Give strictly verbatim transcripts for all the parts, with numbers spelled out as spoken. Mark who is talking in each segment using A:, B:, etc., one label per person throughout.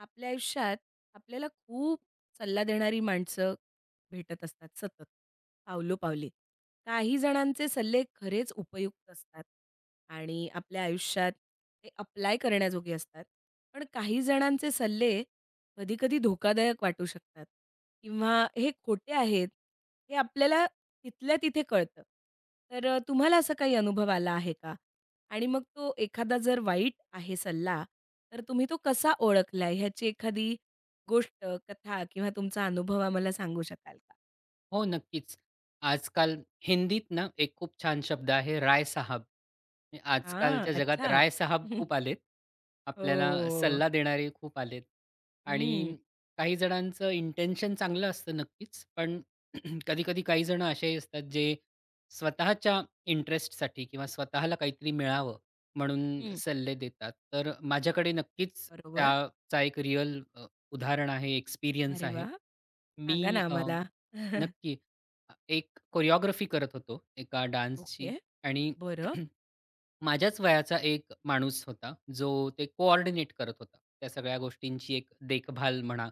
A: आपल्या आयुष्यात आपल्याला खूप सल्ला देणारी माणसं भेटत असतात सतत, पावलोपावली. काही जणांचे सल्ले खरेच उपयुक्त असतात आणि आपल्या आयुष्यात ते अप्लाय करण्याजोगे असतात. पण काही जणांचे सल्ले कधी-कधी धोकादायक वाटू शकतात किंवा हे खोटे आहेत, हे आपल्याला तिथल्या तिथे कळतं. तर अ, तुम्हाला असा काही अनुभव आला आहे का? आणि मग तो एखादा जर वाईट आहे सल्ला, तर तुम्ही तो कसा ओळखला ह्याची एखादी गोष्ट, कथा किंवा तुमचा अनुभव आम्हाला सांगू शकाल का?
B: हो, नक्कीच. आजकाल हिंदीत ना, एक खूप छान शब्द आहे राय साहब. म्हणजे
A: हां,
B: आजकालच्या जगात
A: अच्छा.
B: राय साहब खूप आलेत.
A: हो,
B: आपल्याला
A: हो.
B: सल्ला देणारे खूप आलेत आणि
A: हं,
B: काही जणांचं इंटेन्शन चांगलं असतं नक्कीच. पण कधी-कधी काही जण असेही असतात, जे स्वतःच्या इंटरेस्टसाठी किंवा स्वतःला काहीतरी मिळावं म्हणून
A: हं.
B: सल्ले देतात. तर माझ्याकडे नक्कीच
A: बरोबर.
B: त्याचा एक रिअल उदाहरण आहे, एक्सपिरियन्स
A: अरे
B: आहे.
A: वाह!
B: मी
A: सांगा ना आम्हाला.
B: नक्की. अ, एक कोरिओग्राफी करत होतो एका डान्सची
A: ओके.
B: आणि
A: बरं.
B: माझ्याच वयाचा एक माणूस होता, जो ते कोऑर्डिनेट करत होता. त्या सगळ्या गोष्टींची एक देखभाल म्हणा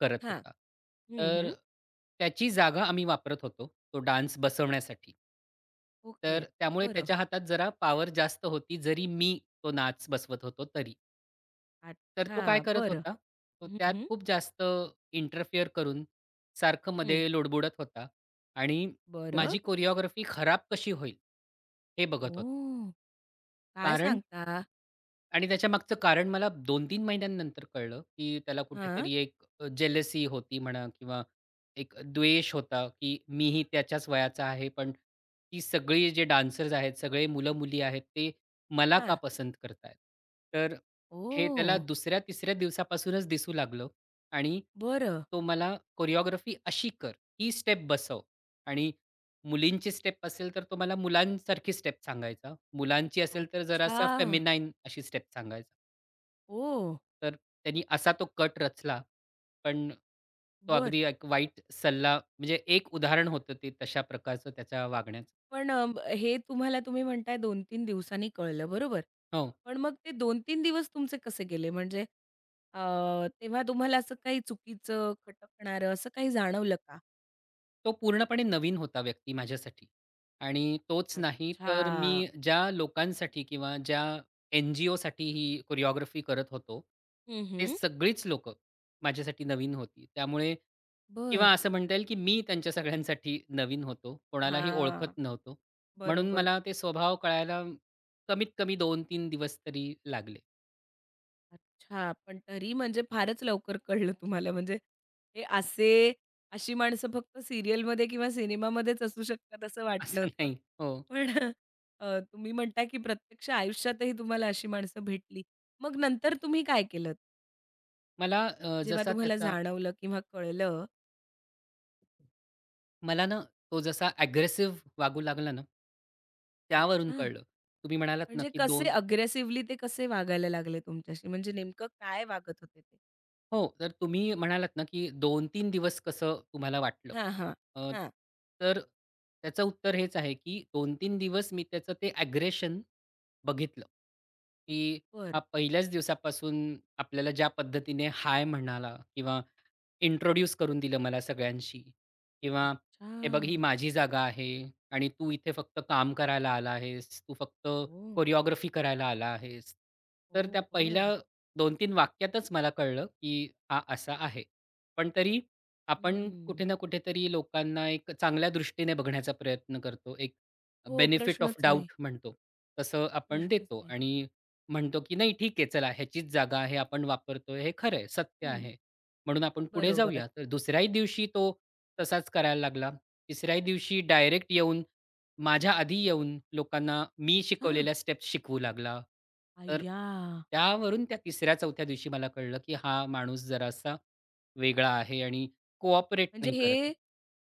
B: करत
A: हां.
B: होता.
A: हं,
B: तर
A: हं.
B: त्याची जागा आम्ही वापरत होतो, तो डान्स बसवण्यासाठी.
A: ओके.
B: तर त्यामुळे
A: बरं.
B: त्याच्या हातात जरा पॉवर जास्त होती, जरी मी तो नाच बसवत होतो तरी. तर
A: अच्छा.
B: तो काय करत
A: बरं.
B: होता, तो
A: हं,
B: त्यात
A: हं.
B: खूप जास्त इंटरफिअर करून सारखं
A: हं.
B: मध्ये लोडबुडत होता आणि
A: बरं.
B: माझी कोरिओग्राफी खराब कशी होईल, हे बघत होता.
A: ओह! काय
B: कारण
A: सांगता?
B: आणि त्याच्यामागचं कारण मला दोन-तीन महिन्यांनंतर कळलं, की त्याला
A: हां,
B: कुठेतरी एक जेलसी होती म्हणा किंवा एक द्वेष होता, की मीही त्याच्याच वयाचा आहे, पण ती सगळी जे डान्सर्स आहेत, सगळे मुलं-मुली आहेत, ते मला का
A: हां.
B: पसंत करतायत? तर हे
A: ओह!
B: त्याला दुसऱ्या-तिसऱ्या दिवसापासूनच दिसू लागलं आणि
A: बरं.
B: तो मला कोरिओग्राफी अशी कर, ही स्टेप बसव आणि मुलींची स्टेप असेल तर तुम्हाला मुलांसारखी स्टेप सांगायचा. मुलांची असेल तर
A: अच्छा.
B: जरासा फेमिनाईन अशी स्टेप सांगायचा.
A: ओ,
B: तर त्यांनी असा तो कट रचला. पण तो
A: बरं.
B: अगदी एक वाईट सल्ला म्हणजे एक उदाहरण होतं ते तशा प्रकारचं त्याच्या वागण्याचं.
A: पण अ, हे तुम्हाला तुम्ही म्हणताय दोन तीन दिवसांनी कळलं बरोबर.
B: हो.
A: पण मग ते दोन तीन दिवस तुमचे कसे गेले? म्हणजे अ, तेव्हा तुम्हाला असं काही चुकीचं, खटकणारं असं काही जाणवलं का?
B: तो पूर्णपणे नवीन होता व्यक्ती माझ्यासाठी आणि तोच नाही तर
A: अच्छा.
B: मी ज्या लोकांसाठी किंवा ज्या एन-जी-ओसाठी ही कोरिओग्राफी करत होतो,
A: हं,
B: ते
A: हं.
B: सगळीच लोकं माझ्यासाठी नवीन होती. त्यामुळे
A: बरं.
B: किंवा असं म्हणता येईल, की मी त्यांच्या सगळ्यांसाठी नवीन होतो. कोणालाही
A: हां.
B: ओळखत नव्हतो. म्हणून
A: बरोबर.
B: मला ते स्वभाव कळायला कमीत कमी दोन-तीन दिवस तरी लागले.
A: अच्छा, पण तरी म्हणजे फारच लवकर कळलं तुम्हाला. म्हणजे हे असे अशी माणसं फक्त सीरियलमध्ये किंवा सिनेमामध्येच असू शकतात असं वाटलं
B: असं
A: होतं.
B: नाही. हो.
A: पण अ, तुम्ही म्हणता की प्रत्यक्ष आयुष्यातही तुम्हाला अशी माणसं भेटली. मग नंतर तुम्ही काय केलंत?
B: मला अ,
A: जेव्हा
B: जसा
A: तुम्हाला
B: त्याचा
A: जाणवलं किंवा कळलं
B: मला ना तो जसा अग्रेसिव्ह वागू लागला ना, त्यावरून
A: अच्छा,
B: कळलं. तुम्ही म्हणालात ना,
A: म्हणजे
B: की
A: कसे
B: 2
A: अग्रेसिव्हली ते कसे वागायला लागले तुमच्याशी? म्हणजे नेमकं काय वागत होते ते?
B: हो, तर तुम्ही म्हणालात ना, की दोन-तीन दिवस कसं तुम्हाला वाटलं?
A: हां, हां.
B: अ,
A: हां.
B: तर त्याचं उत्तर हेच आहे, की दोन तीन दिवस मी त्याचं ते अग्रेशन बघितलं, की
A: बरं.
B: हा पहिल्याच दिवसापासून आपल्याला ज्या पद्धतीने हाय म्हणाला किंवा इंट्रोड्यूस करून दिलं मला सगळ्यांशी किंवा
A: अच्छा.
B: "हे बघ ही माझी जागा आहे आणि तू इथे फक्त काम करायला आला आहेस. तू फक्त
A: ओह!
B: कोरिओग्राफी करायला आला आहेस." तर
A: ओह!
B: त्या पहिल्या
A: बरं.
B: दोन-तीन वाक्यातच मला कळलं, की हा असा आहे. पण तरी आपण
A: हं.
B: कुठे ना कुठेतरी लोकांना एक चांगल्या दृष्टीने बघण्याचा प्रयत्न करतो. एक
A: हो,
B: बेनिफिट ऑफ
A: प्रश्नच नाही,
B: डाउट म्हणतो, तसं आपण
A: प्रश्नच
B: देतो
A: नाही.
B: आणि म्हणतो, की "नाही ठीक आहे, चला ह्याचीच जागा आहे, आपण वापरतोय, हे खरं आहे, सत्य
A: हं,
B: आहे. म्हणून आपण पुढे
A: बरोबर.
B: जाऊया." तर दुसऱ्याही दिवशी तो तसाच करायला लागला. तिसऱ्याही दिवशी डायरेक्ट येऊन, माझ्या आधी येऊन लोकांना मी
A: अच्छा,
B: शिकवलेल्या स्टेप्स शिकवू लागला. तर
A: अय्या!
B: त्यावरून त्या तिसऱ्या-चौथ्या दिवशी मला कळलं, की हा माणूस जरासा वेगळा आहे आणि कोऑपरेट
A: म्हणजे
B: नाही करत.
A: हे,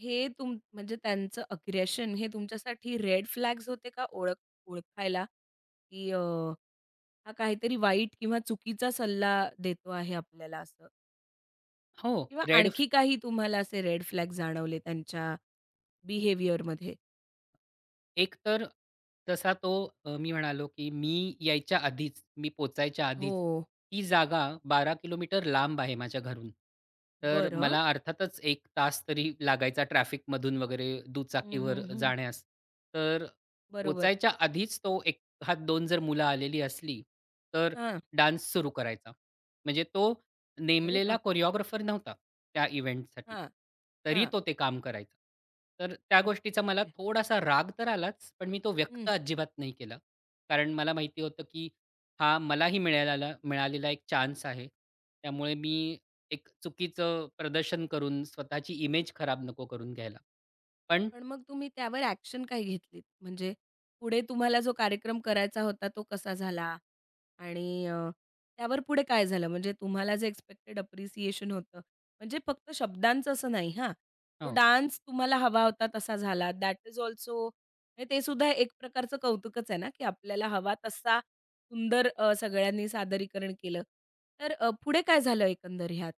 A: हे तुम म्हणजे त्यांचं अग्रेशन हे तुमच्यासाठी रेड फ्लॅग्स होते का ओळख ओळखायला, की अ, हा काहीतरी वाईट किंवा चुकीचा सल्ला देतो आहे आपल्याला असं?
B: हो.
A: किंवा
B: रेड
A: आणखी काही तुम्हाला असे रेड फ्लॅग जाणवले त्यांच्या बिहेवियरमध्ये?
B: एक तर तसा तो अ, मी म्हणालो, की मी यायच्या आधीच, मी पोचायच्या
A: हो,
B: आधीच ती जागा बारा किलोमीटर लांब आहे माझ्या घरून. तर
A: बरं.
B: मला अर्थातच एक तास तरी लागायचा ट्रॅफिकमधून वगैरे
A: हं,
B: दुचाकीवर
A: हं, हं.
B: जाण्यास. तर
A: बरोबर.
B: पोचायच्या आधीच तो एक हात दोन जर मुलं आलेली असली, तर
A: हां.
B: डान्स सुरू करायचा. म्हणजे तो
A: अरे
B: नेमलेला
A: बापरे!
B: कोरिओग्राफर नव्हता त्या इव्हेंटसाठी.
A: हां,
B: तरी
A: हां.
B: तो ते काम करायचा. तर त्या
A: अरे
B: गोष्टीचा मला
A: बापरे!
B: थोडासा राग तर आलाच, पण मी तो
A: हं.
B: व्यक्त अजिबात नाही केला. कारण मला माहिती होतं, की हा मलाही मिळालेला मिळालेला एक चान्स आहे. त्यामुळे मी एक चुकीचं प्रदर्शन करून स्वतःची इमेज खराब नको करून घ्यायला. पण
A: पण मग तुम्ही त्यावर ॲक्शन काय घेतलीत? म्हणजे पुढे तुम्हाला जो कार्यक्रम करायचा होता तो कसा झाला? आणि अ, त्यावर पुढे काय झालं? म्हणजे तुम्हाला जे एक्स्पेक्टेड अप्रिसिएशन होतं, म्हणजे फक्त शब्दांचं असं नाही हां. तो
B: हो.
A: डान्स तुम्हाला हवा होता तसा झाला. दॅट इज अल्सो म्हणजे ते सुद्धा एक प्रकारचं कौतुकच आहे ना, की आपल्याला हवा तसा सुंदर अ, सगळ्यांनी सादरीकरण केलं. तर अ, पुढे काय झालं एकंदर ह्यात?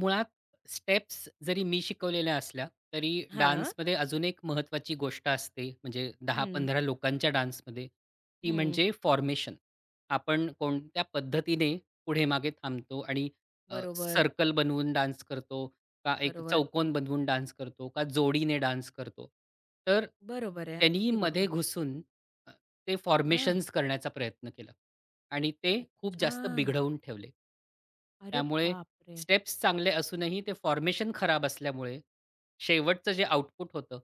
B: मुळात स्टेप्स जरी मी शिकवलेल्या असल्या, तरी
A: हां.
B: डान्समध्ये अजून एक महत्त्वाची गोष्ट असते, म्हणजे
A: हं,
B: दहा-पंधरा लोकांच्या डान्समध्ये, ती
A: हं.
B: म्हणजे फॉर्मेशन. आपण कोणत्या पद्धतीने पुढे-मागे थांबतो आणि अ,
A: बरोबर,
B: सर्कल बनवून डान्स करतो, का एक
A: बरोबर.
B: चौकोन बनवून डान्स करतो, का जोडीने डान्स करतो. तर
A: बरोबर आहे.
B: त्यांनी
A: अगदी
B: मध्ये
A: बरोबर.
B: घुसून अ, ते
A: हां.
B: फॉर्मेशन्स करण्याचा प्रयत्न केला आणि ते खूप
A: अच्छा.
B: जास्त बिघडवून ठेवले.
A: अरे
B: त्यामुळे
A: बापरे!
B: स्टेप्स चांगले असूनही ते फॉर्मेशन खराब असल्यामुळे, शेवटचं जे आउटपुट होतं,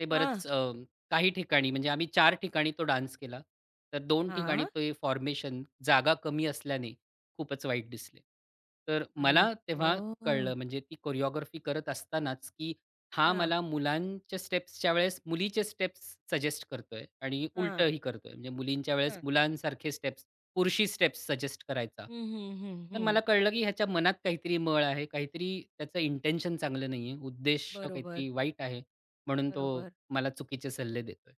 B: ते
A: हां,
B: बरंच अ, काही ठिकाणी म्हणजे आम्ही चार ठिकाणी तो डान्स केला. तर दोन ठिकाणी
A: हां.
B: ते फॉर्मेशन जागा कमी असल्याने खूपच वाईट दिसले. तर
A: आई
B: मला तेव्हा
A: गं!
B: कळलं म्हणजे ती कोरिओग्राफी करत असतानाच, की हा
A: हां,
B: मला मुलांच्या स्टेप्सच्या वेळेस मुलीचे स्टेप्स सजेस्ट करतोय आणि
A: हां,
B: उलटंही करतोय. म्हणजे मुलींच्या वेळेस
A: हां.
B: मुलांसारखे स्टेप्स पुरुषी स्टेप्स सजेस्ट करायचा.
A: हं, हं, हं,
B: तर
A: हं.
B: मला कळलं, की ह्याच्या मनात काहीतरी मळ आहे. काहीतरी त्याचं इंटेन्शन चांगलं नाहीये. उद्देश
A: बरोबर,
B: काहीतरी वाईट आहे. म्हणून तो
A: बरोबर.
B: मला चुकीचे सल्ले देतोय.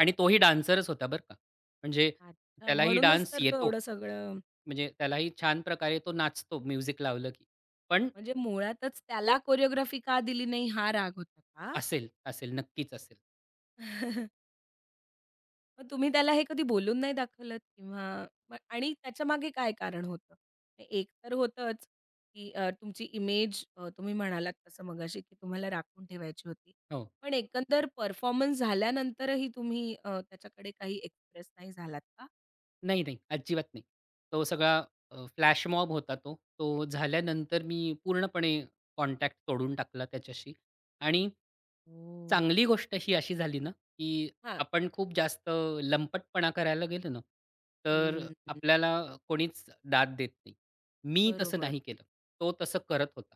B: आणि तोही डान्सरच होता बरं का. म्हणजे
A: अच्छा.
B: त्यालाही
A: म्हणूनच
B: डान्स
A: तर तो
B: येतो.
A: एवढं सगळं
B: म्हणजे त्यालाही छान प्रकारे तो नाचतो म्युझिक लावलं की. पण
A: म्हणजे मुळातच त्याला कोरिओग्राफी का दिली नाही हा राग होता का?
B: असेल, असेल. नक्कीच असेल.
A: मग तुम्ही त्याला हे कधी बोलून नाही दाखवलत किंवा मग आणि त्याच्यामागे काय कारण होतं? म्हणजे एक तर होतंच, की अ, तुमची इमेज तुम्ही म्हणालात तसं मगाशी, की तुम्हाला राखून ठेवायची होती.
B: हो.
A: पण एकंदर परफॉर्मन्स झाल्यानंतरही तुम्ही अ, त्याच्याकडे काही एक्सप्रेस नाही झालात का?
B: नाही, नाही. अजिबात नाही. तो सगळा अ, फ्लॅश मॉब होता तो. तो झाल्यानंतर मी पूर्णपणे कॉन्टॅक्ट तोडून टाकला त्याच्याशी आणि
A: ओह!
B: चांगली गोष्ट ही अशी झाली ना, की
A: हां.
B: आपण खूप जास्त लंपटपणा करायला गेलो ना, तर
A: हं, हं.
B: आपल्याला कोणीच दाद देत नाही. मी तसं
A: बरोबर.
B: नाही केलं. तो तसं करत होता.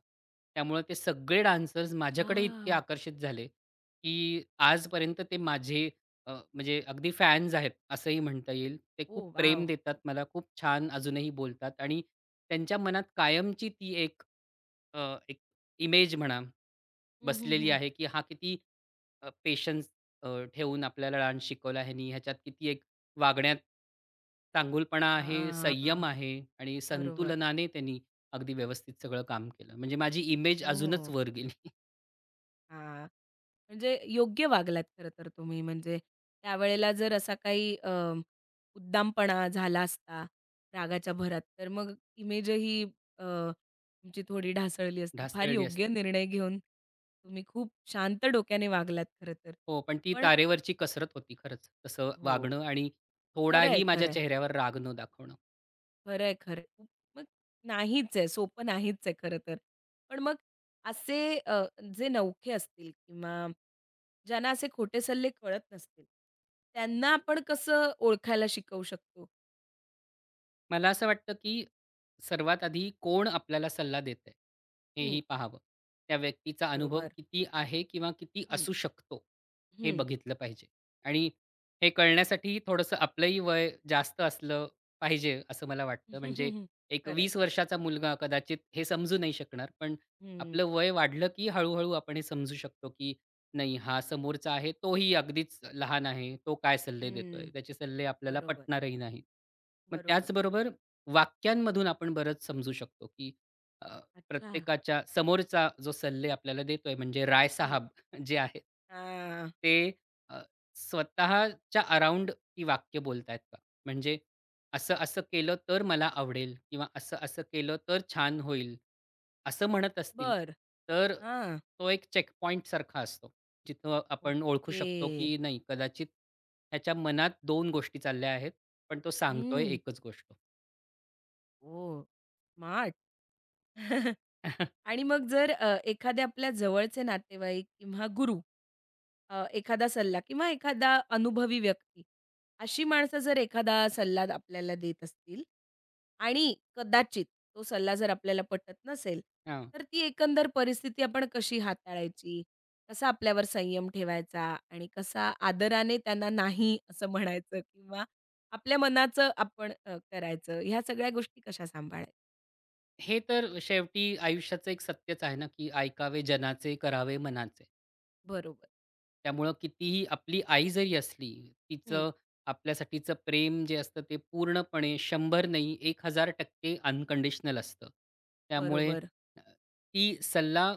B: त्यामुळे ते सगळे डान्सर्स
A: अच्छा.
B: माझ्याकडे इतके आकर्षित झाले, की आजपर्यंत ते माझे अ, म्हणजे अगदी फॅन्स आहेत असंही म्हणता येईल. ते खूप
A: ओह
B: प्रेम
A: वॉव!
B: देतात मला, खूप छान अजूनही बोलतात आणि त्यांच्या मनात कायमची ती एक अ, एक इमेज म्हणा
A: हं, हं,
B: बसलेली
A: हं.
B: आहे, की हा किती अ, पेशन्स अ, ठेवून आपल्याला डान्स शिकवला ह्यानी, ह्याच्यात किती एक वागण्यात चांगुलपणा आहे,
A: हां,
B: संयम आहे आणि
A: बरोबर.
B: संतुलनाने त्यांनी अगदी व्यवस्थित सगळं काम केलं. म्हणजे माझी इमेज
A: ओह!
B: अजूनच वर गेली.
A: हां. म्हणजे योग्य वागलात खरं तर तुम्ही. म्हणजे त्यावेळेला जर असा काही अ, उद्दामपणा झाला असता रागाच्या भरात, तर मग इमेजही अ, तुमची थोडी ढासळली असती. फार
B: ढासळली
A: योग्य
B: असती.
A: निर्णय घेऊन तुम्ही खूप शांत डोक्याने वागलात खरं तर.
B: हो, पण ती
A: पण
B: तारेवरची कसरत होती खरंच, तसं
A: हो.
B: वागणं आणि
A: खरं
B: थोडाही माझ्या
A: आहे,
B: चेहऱ्यावर राग न दाखवणं.
A: खरंय, खरंय. खूप- मग नाहीच आहे, सोपं नाहीच आहे खरं तर. पण मग असे अ, जे नवखे असतील किंवा ज्यांना असे खोटे सल्ले कळत नसतील, त्यांना आपण कसं ओळखायला शिकवू शकतो?
B: मला असं वाटतं, की सर्वात आधी कोण आपल्याला सल्ला देतंय,
A: हं,
B: हेही पाहावं. त्या व्यक्तीचा अनुभव
A: बरोबर.
B: किती आहे किंवा किती
A: हं,
B: असू शकतो, हे
A: हं.
B: बघितलं पाहिजे. आणि हे कळण्यासाठी थोडंसं आपलंही वय जास्त असलं पाहिजे, असं मला वाटतं. म्हणजे एक
A: खरंय,
B: वीस
A: खरंय.
B: वर्षाचा मुलगा कदाचित हे समजू नाही शकणार, पण
A: हं,
B: आपलं वय वाढलं, की हळू आपण हे समजू शकतो, की नाही, हा समोरचा आहे तोही अगदीच लहान आहे. तो काय सल्ले
A: हं.
B: देतोय? त्याचे सल्ले आपल्याला
A: बरोबर,
B: पटणारही नाहीत. मग
A: बरोबर.
B: त्याचबरोबर वाक्यांमधून आपण बरंच समजू शकतो, की अ,
A: अच्छा.
B: प्रत्येकाच्या समोरचा जो सल्ले आपल्याला देतोय म्हणजे राय
A: हं.
B: साहब जे आहेत,
A: हां.
B: ते अ, स्वतःच्या अराउंड ती वाक्य बोलतायत का? म्हणजे असं-असं केलं तर मला आवडेल किंवा असं-असं केलं तर छान होईल, असं म्हणत असतील,
A: बरं.
B: तर
A: हां.
B: तो एक चेकपॉइंटसारखा असतो. जिथं आपण ओळखू
A: ओके.
B: शकतो की नाही कदाचित त्याच्या मनात दोन गोष्टी चालल्या आहेत, पण तो सांगतोय
A: हं.
B: एकच गोष्ट.
A: ओह! स्मार्ट. आणि मग जर अ, एखादे आपल्या जवळचे नातेवाईक किंवा गुरु अ, एखादा सल्ला किंवा एखादा अनुभवी व्यक्ती, अशी माणसं जर एखादा सल्ला आपल्याला देत असतील आणि कदाचित तो सल्ला जर आपल्याला पटत नसेल,
B: हां.
A: तर ती एकंदर परिस्थिती आपण कशी हाताळायची? कसा आपल्यावर संयम ठेवायचा आणि कसा आदराने त्यांना नाही असं म्हणायचं किंवा आपल्या मनाचं आपण अ, करायचं ह्या सगळ्या गोष्टी कशा सांभाळायच्या?
B: हे तर शेवटी आयुष्याचं एक सत्यच आहे ना, की ऐकावे जनाचे, करावे मनाचे.
A: बरोबर.
B: त्यामुळं कितीही आपली आई जरी असली,
A: हं,
B: तिचं आपल्यासाठीचं प्रेम जे असतं ते पूर्णपणे शंभर नाही हजार टक्के अनकंडिशनल असतं. त्यामुळे
A: बरोबर.
B: अ, ती सल्ला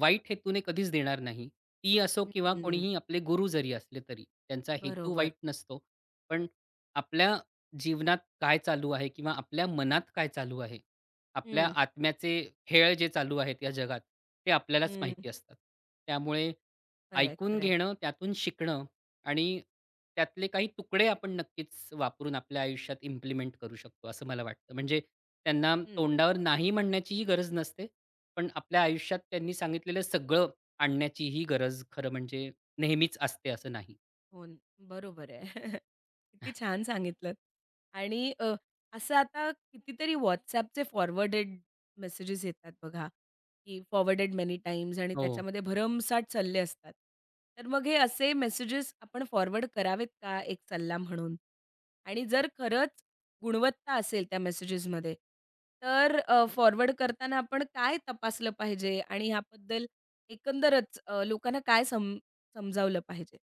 B: वाईट हेतूने कधीच देणार नाही. ती असो
A: हं.
B: किंवा कोणीही आपले गुरु जरी असले तरी. त्यांचा हेतू
A: बरोबर.
B: वाईट नसतो. पण आपल्या जीवनात काय चालू आहे किंवा आपल्या मनात काय चालू आहे, आपल्या
A: हं.
B: आत्म्याचे खेळ जे चालू आहेत या जगात, ते आपल्यालाच
A: हं.
B: माहिती असतात. त्यामुळे
A: खरंय,
B: ऐकून
A: खरंय.
B: घेणं, त्यातून शिकणं आणि त्यातले काही तुकडे आपण नक्कीच वापरून आपल्या आयुष्यात इम्प्लिमेंट करू शकतो, असं मला वाटतं. म्हणजे त्यांना
A: हं.
B: तोंडावर नाही म्हणण्याचीही गरज नसते, पण आपल्या आयुष्यात त्यांनी सांगितलेलं सगळं आणण्याचीही गरज खरं म्हणजे नेहमीच असते असं नाही.
A: हो, न- बरोबर आहे. किती छान सांगितलंत. आणि अ, असं आता कितीतरी WhatsAppचे फॉरवर्डेड मेसेजेस येतात बघा, की फॉरवर्डेड मेनी टाईम्स आणि
B: हो.
A: त्याच्यामध्ये भरमसाठ सल्ले असतात. तर मग हे असे मेसेजेस आपण फॉरवर्ड करावेत का एक सल्ला म्हणून? आणि जर खरंच गुणवत्ता असेल त्या मेसेजेसमध्ये, तर अ, फॉरवर्ड करताना आपण काय तपासलं पाहिजे आणि ह्याबद्दल एकंदरच अ, लोकांना काय सम समजावलं पाहिजे?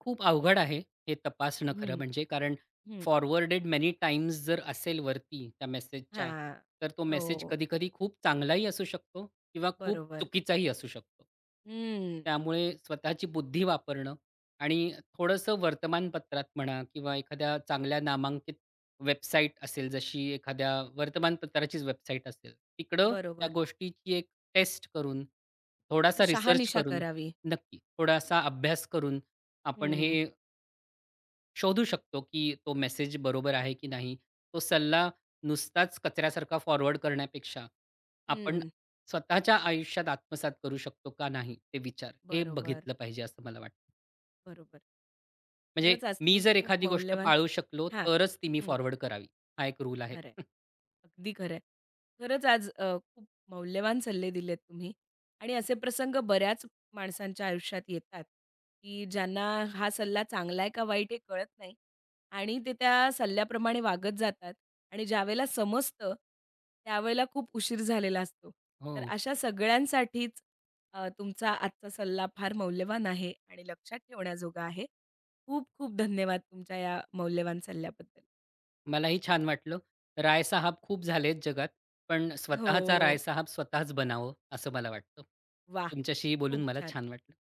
B: खूप अवघड आहे हे तपासणं हं. खरं
A: हं,
B: म्हणजे. कारण
A: हं.
B: फॉरवर्डेड मेनी टाइम्स जर असेल वरती त्या मेसेजच्या,
A: हां.
B: तर तो मेसेज
A: हो,
B: कधी-कधी खूप चांगलाही असू शकतो किंवा खूप
A: बरोबर.
B: चुकीचाही असू शकतो.
A: हं,
B: त्यामुळे स्वतःची बुद्धी वापरणं आणि थोडंसं वर्तमानपत्रात म्हणा किंवा एखाद्या चांगल्या नामांकित वेबसाईट असेल, जशी एखाद्या वर्तमानपत्राचीच वेबसाईट असेल, तिकडं त्या
A: बरोबर.
B: गोष्टीची एक टेस्ट करून, थोडासा रिसर्च
A: शहानिशा
B: करून,
A: करावी.
B: नक्की थोडासा अभ्यास करून आपण हे
A: हं,
B: शोधू शकतो, की तो मेसेज बरोबर आहे की नाही. तो सल्ला नुसताच कचऱ्यासारखा फॉरवर्ड करण्यापेक्षा, आपण
A: हं.
B: स्वतःच्या आयुष्यात आत्मसात करू शकतो का नाही ते विचार, हे
A: बरोबर,
B: बघितलं पाहिजे असं मला वाटतं.
A: बरोबर.
B: म्हणजे
A: खरंच आज
B: मी
A: तुम्ही
B: जर
A: खूप
B: एखादी गोष्ट
A: मौल्यवान
B: पाळू शकलो,
A: हां.
B: तरच ती मी
A: हं,
B: फॉरवर्ड करावी. हा एक रूल आहे.
A: खरं अगदी खरं आहे. खरंच आज अ, खूप मौल्यवान सल्ले दिलेत तुम्ही आणि असे प्रसंग बऱ्याच माणसांच्या आयुष्यात येतात, की ज्यांना हा सल्ला चांगला आहे का वाईट हे कळत नाही आणि ते त्या सल्ल्याप्रमाणे वागत जातात आणि ज्यावेळेला समजतं, त्यावेळेला खूप उशीर झालेला असतो.
B: हो.
A: तर अशा सगळ्यांसाठीच अ, तुमचा आजचा सल्ला फार मौल्यवान आहे आणि लक्षात ठेवण्याजोगा आहे. खूप खूप धन्यवाद तुमच्या या मौल्यवान सल्ल्याबद्दल.
B: मलाही छान वाटलं. रायसाहब खूप झालेत जगात, पण
A: हो,
B: स्वतःचा रायसाहब स्वतःच बनावं असं मला वाटतं.
A: वाह!
B: तुमच्याशी बोलून
A: खूप
B: मला
A: छान.
B: छान वाटलं.